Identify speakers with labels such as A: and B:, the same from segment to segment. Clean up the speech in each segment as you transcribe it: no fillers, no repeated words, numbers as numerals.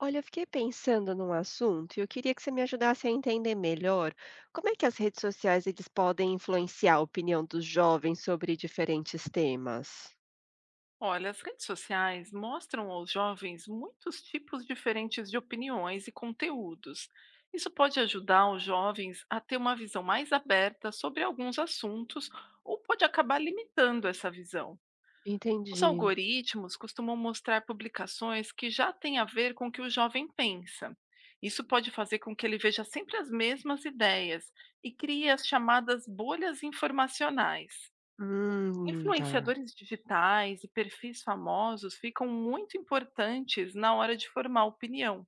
A: Olha, eu fiquei pensando num assunto e eu queria que você me ajudasse a entender melhor como é que as redes sociais eles podem influenciar a opinião dos jovens sobre diferentes temas.
B: Olha, as redes sociais mostram aos jovens muitos tipos diferentes de opiniões e conteúdos. Isso pode ajudar os jovens a ter uma visão mais aberta sobre alguns assuntos ou pode acabar limitando essa visão. Os
A: Entendi.
B: algoritmos costumam mostrar publicações que já têm a ver com o que o jovem pensa. Isso pode fazer com que ele veja sempre as mesmas ideias e crie as chamadas bolhas informacionais.
A: Tá.
B: Influenciadores digitais e perfis famosos ficam muito importantes na hora de formar opinião.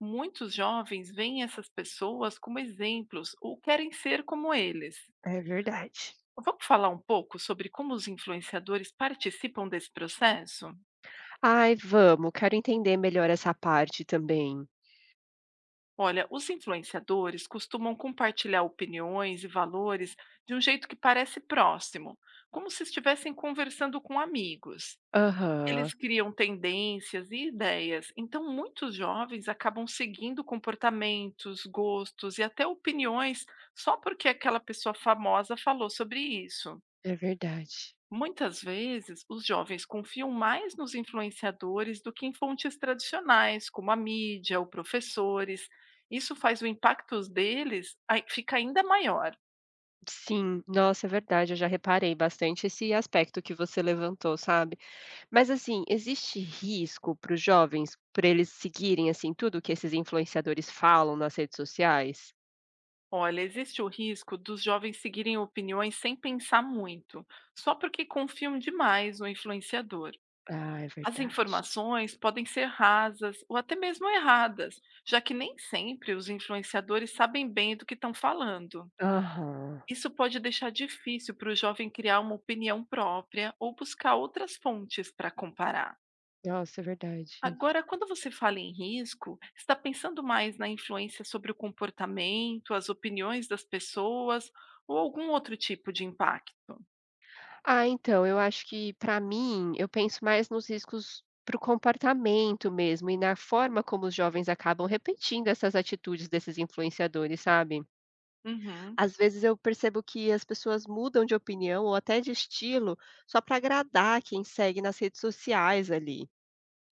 B: Muitos jovens veem essas pessoas como exemplos ou querem ser como eles.
A: É verdade.
B: Vamos falar um pouco sobre como os influenciadores participam desse processo?
A: Ai, vamos, quero entender melhor essa parte também.
B: Olha, os influenciadores costumam compartilhar opiniões e valores de um jeito que parece próximo, como se estivessem conversando com amigos.
A: Aham,
B: Eles criam tendências e ideias, então muitos jovens acabam seguindo comportamentos, gostos e até opiniões só porque aquela pessoa famosa falou sobre isso.
A: é verdade.
B: Muitas vezes, os jovens confiam mais nos influenciadores do que em fontes tradicionais, como a mídia ou professores. Isso faz o impacto deles fica ainda maior.
A: Sim, nossa, é verdade. Eu já reparei bastante esse aspecto que você levantou, sabe? Mas assim, existe risco para os jovens, para eles seguirem, assim, tudo o que esses influenciadores falam nas redes sociais?
B: Olha, existe o risco dos jovens seguirem opiniões sem pensar muito, só porque confiam demais no influenciador.
A: Ah, é
B: As
A: verdade.
B: informações podem ser rasas ou até mesmo erradas, já que nem sempre os influenciadores sabem bem do que estão falando.
A: Aham.
B: Isso pode deixar difícil para o jovem criar uma opinião própria ou buscar outras fontes para comparar.
A: Nossa, é verdade.
B: Agora, quando você fala em risco, está pensando mais na influência sobre o comportamento, as opiniões das pessoas ou algum outro tipo de impacto?
A: Ah, então, eu acho que para mim, eu penso mais nos riscos para o comportamento mesmo e na forma como os jovens acabam repetindo essas atitudes desses influenciadores, sabe.
B: Uhum.
A: Às vezes eu percebo que as pessoas mudam de opinião ou até de estilo só para agradar quem segue nas redes sociais ali.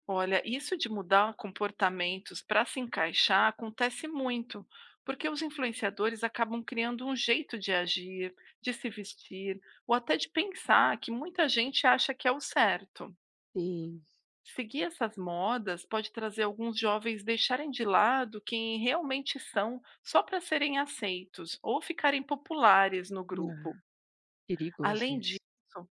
B: Olha, isso de mudar comportamentos para se encaixar acontece muito, porque os influenciadores acabam criando um jeito de agir, de se vestir, ou até de pensar que muita gente acha que é o certo.
A: Sim.
B: Seguir essas modas pode trazer alguns jovens deixarem de lado quem realmente são só para serem aceitos ou ficarem populares no grupo.
A: Ah, perigoso
B: Além disso,
A: isso.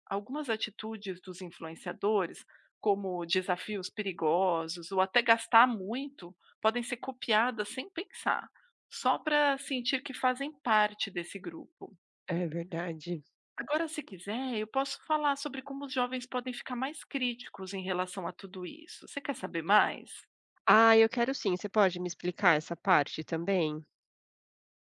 B: algumas atitudes dos influenciadores, como desafios perigosos ou até gastar muito, podem ser copiadas sem pensar, só para sentir que fazem parte desse grupo.
A: É verdade.
B: Agora, se quiser, eu posso falar sobre como os jovens podem ficar mais críticos em relação a tudo isso. Você quer saber mais?
A: Ah, eu quero sim. Você pode me explicar essa parte também?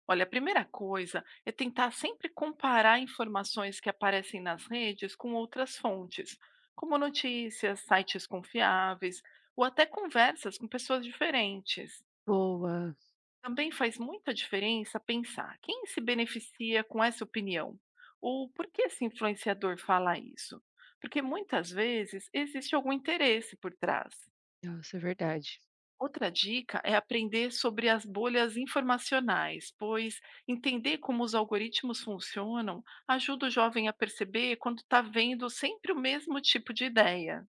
B: Olha, a primeira coisa é tentar sempre comparar informações que aparecem nas redes com outras fontes, como notícias, sites confiáveis ou até conversas com pessoas diferentes.
A: Boa.
B: Também faz muita diferença pensar quem se beneficia com essa opinião ou por que esse influenciador fala isso. Porque muitas vezes existe algum interesse por trás.
A: Nossa, é verdade.
B: Outra dica é aprender sobre as bolhas informacionais, pois entender como os algoritmos funcionam ajuda o jovem a perceber quando está vendo sempre o mesmo tipo de ideia.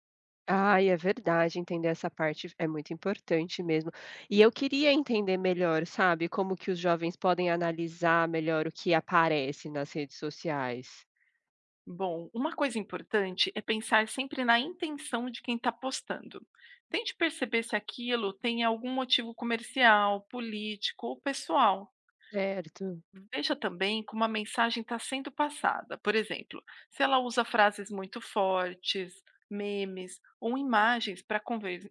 A: Ai, é verdade, entender essa parte é muito importante mesmo. E eu queria entender melhor, sabe, como que os jovens podem analisar melhor o que aparece nas redes sociais.
B: Bom, uma coisa importante é pensar sempre na intenção de quem está postando. Tente perceber se aquilo tem algum motivo comercial, político ou pessoal.
A: Certo.
B: Veja também como a mensagem está sendo passada. Por exemplo, se ela usa frases muito fortes, memes ou imagens para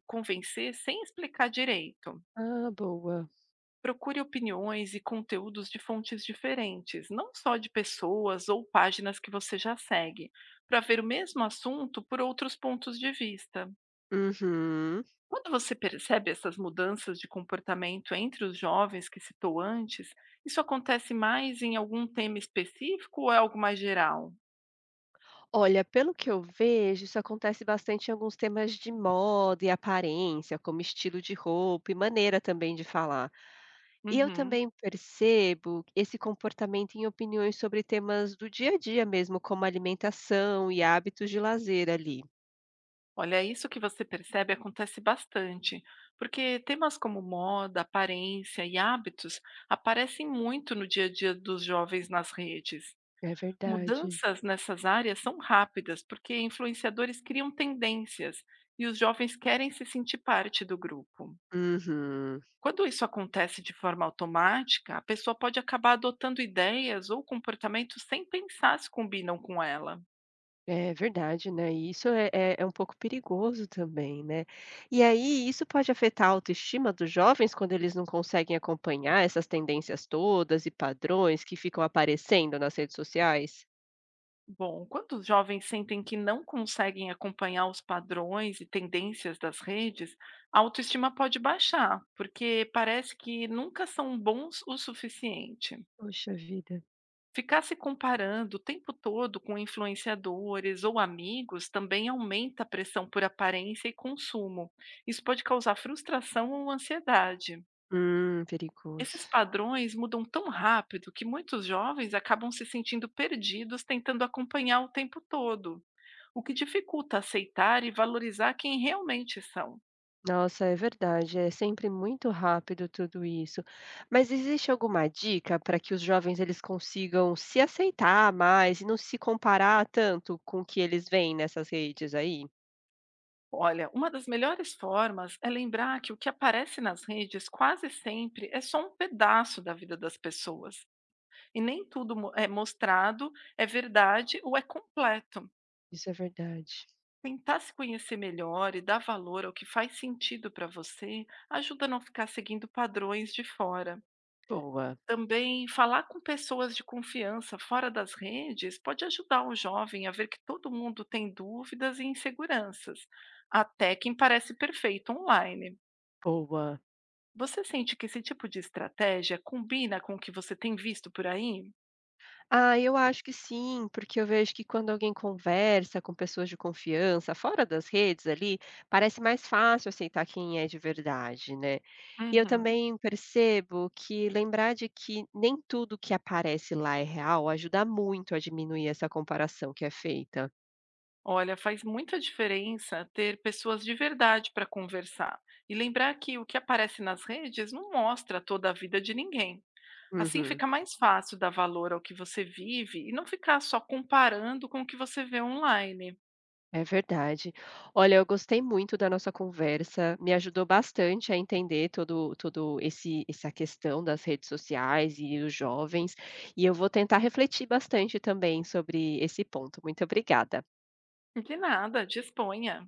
B: convencer sem explicar direito.
A: Ah, boa.
B: Procure opiniões e conteúdos de fontes diferentes, não só de pessoas ou páginas que você já segue, para ver o mesmo assunto por outros pontos de vista.
A: Uhum.
B: Quando você percebe essas mudanças de comportamento entre os jovens que citou antes, isso acontece mais em algum tema específico ou é algo mais geral?
A: Olha, pelo que eu vejo, isso acontece bastante em alguns temas de moda e aparência, como estilo de roupa e maneira também de falar. E eu
B: Uhum.
A: também percebo esse comportamento em opiniões sobre temas do dia a dia mesmo, como alimentação e hábitos de lazer ali.
B: Olha, isso que você percebe acontece bastante, porque temas como moda, aparência e hábitos aparecem muito no dia a dia dos jovens nas redes.
A: É verdade.
B: Mudanças nessas áreas são rápidas, porque influenciadores criam tendências e os jovens querem se sentir parte do grupo.
A: Uhum.
B: Quando isso acontece de forma automática, a pessoa pode acabar adotando ideias ou comportamentos sem pensar se combinam com ela.
A: É verdade, né, e isso é um pouco perigoso também, né. E aí isso pode afetar a autoestima dos jovens quando eles não conseguem acompanhar essas tendências todas e padrões que ficam aparecendo nas redes sociais?
B: Bom, quando os jovens sentem que não conseguem acompanhar os padrões e tendências das redes, a autoestima pode baixar, porque parece que nunca são bons o suficiente.
A: Poxa vida.
B: Ficar se comparando o tempo todo com influenciadores ou amigos também aumenta a pressão por aparência e consumo. Isso pode causar frustração ou ansiedade.
A: Perigoso.
B: Esses padrões mudam tão rápido que muitos jovens acabam se sentindo perdidos tentando acompanhar o tempo todo, o que dificulta aceitar e valorizar quem realmente são.
A: Nossa, é verdade, é sempre muito rápido tudo isso. Mas existe alguma dica para que os jovens eles consigam se aceitar mais e não se comparar tanto com o que eles veem nessas redes aí?
B: Olha, uma das melhores formas é lembrar que o que aparece nas redes quase sempre é só um pedaço da vida das pessoas. E nem é mostrado, é verdade ou é completo.
A: Isso é verdade.
B: Tentar se conhecer melhor e dar valor ao que faz sentido para você ajuda a não ficar seguindo padrões de fora.
A: Boa,
B: Também falar com pessoas de confiança fora das redes pode ajudar o jovem a ver que todo mundo tem dúvidas e inseguranças, até quem parece perfeito online.
A: boa.
B: Você sente que esse tipo de estratégia combina com o que você tem visto por aí?
A: Ah, eu acho que sim, porque eu vejo que quando alguém conversa com pessoas de confiança, fora das redes ali, parece mais fácil aceitar quem é de verdade, né. E eu
B: Uhum.
A: também percebo que lembrar de que nem tudo que aparece lá é real ajuda muito a diminuir essa comparação que é feita.
B: Olha, faz muita diferença ter pessoas de verdade para conversar e lembrar que o que aparece nas redes não mostra toda a vida de ninguém. Assim
A: Uhum.
B: fica mais fácil dar valor ao que você vive e não ficar só comparando com o que você vê online.
A: É verdade. Olha, eu gostei muito da nossa conversa, me ajudou bastante a entender todo esse essa questão das redes sociais e os jovens, e eu vou tentar refletir bastante também sobre esse ponto. Muito obrigada.
B: De nada, disponha.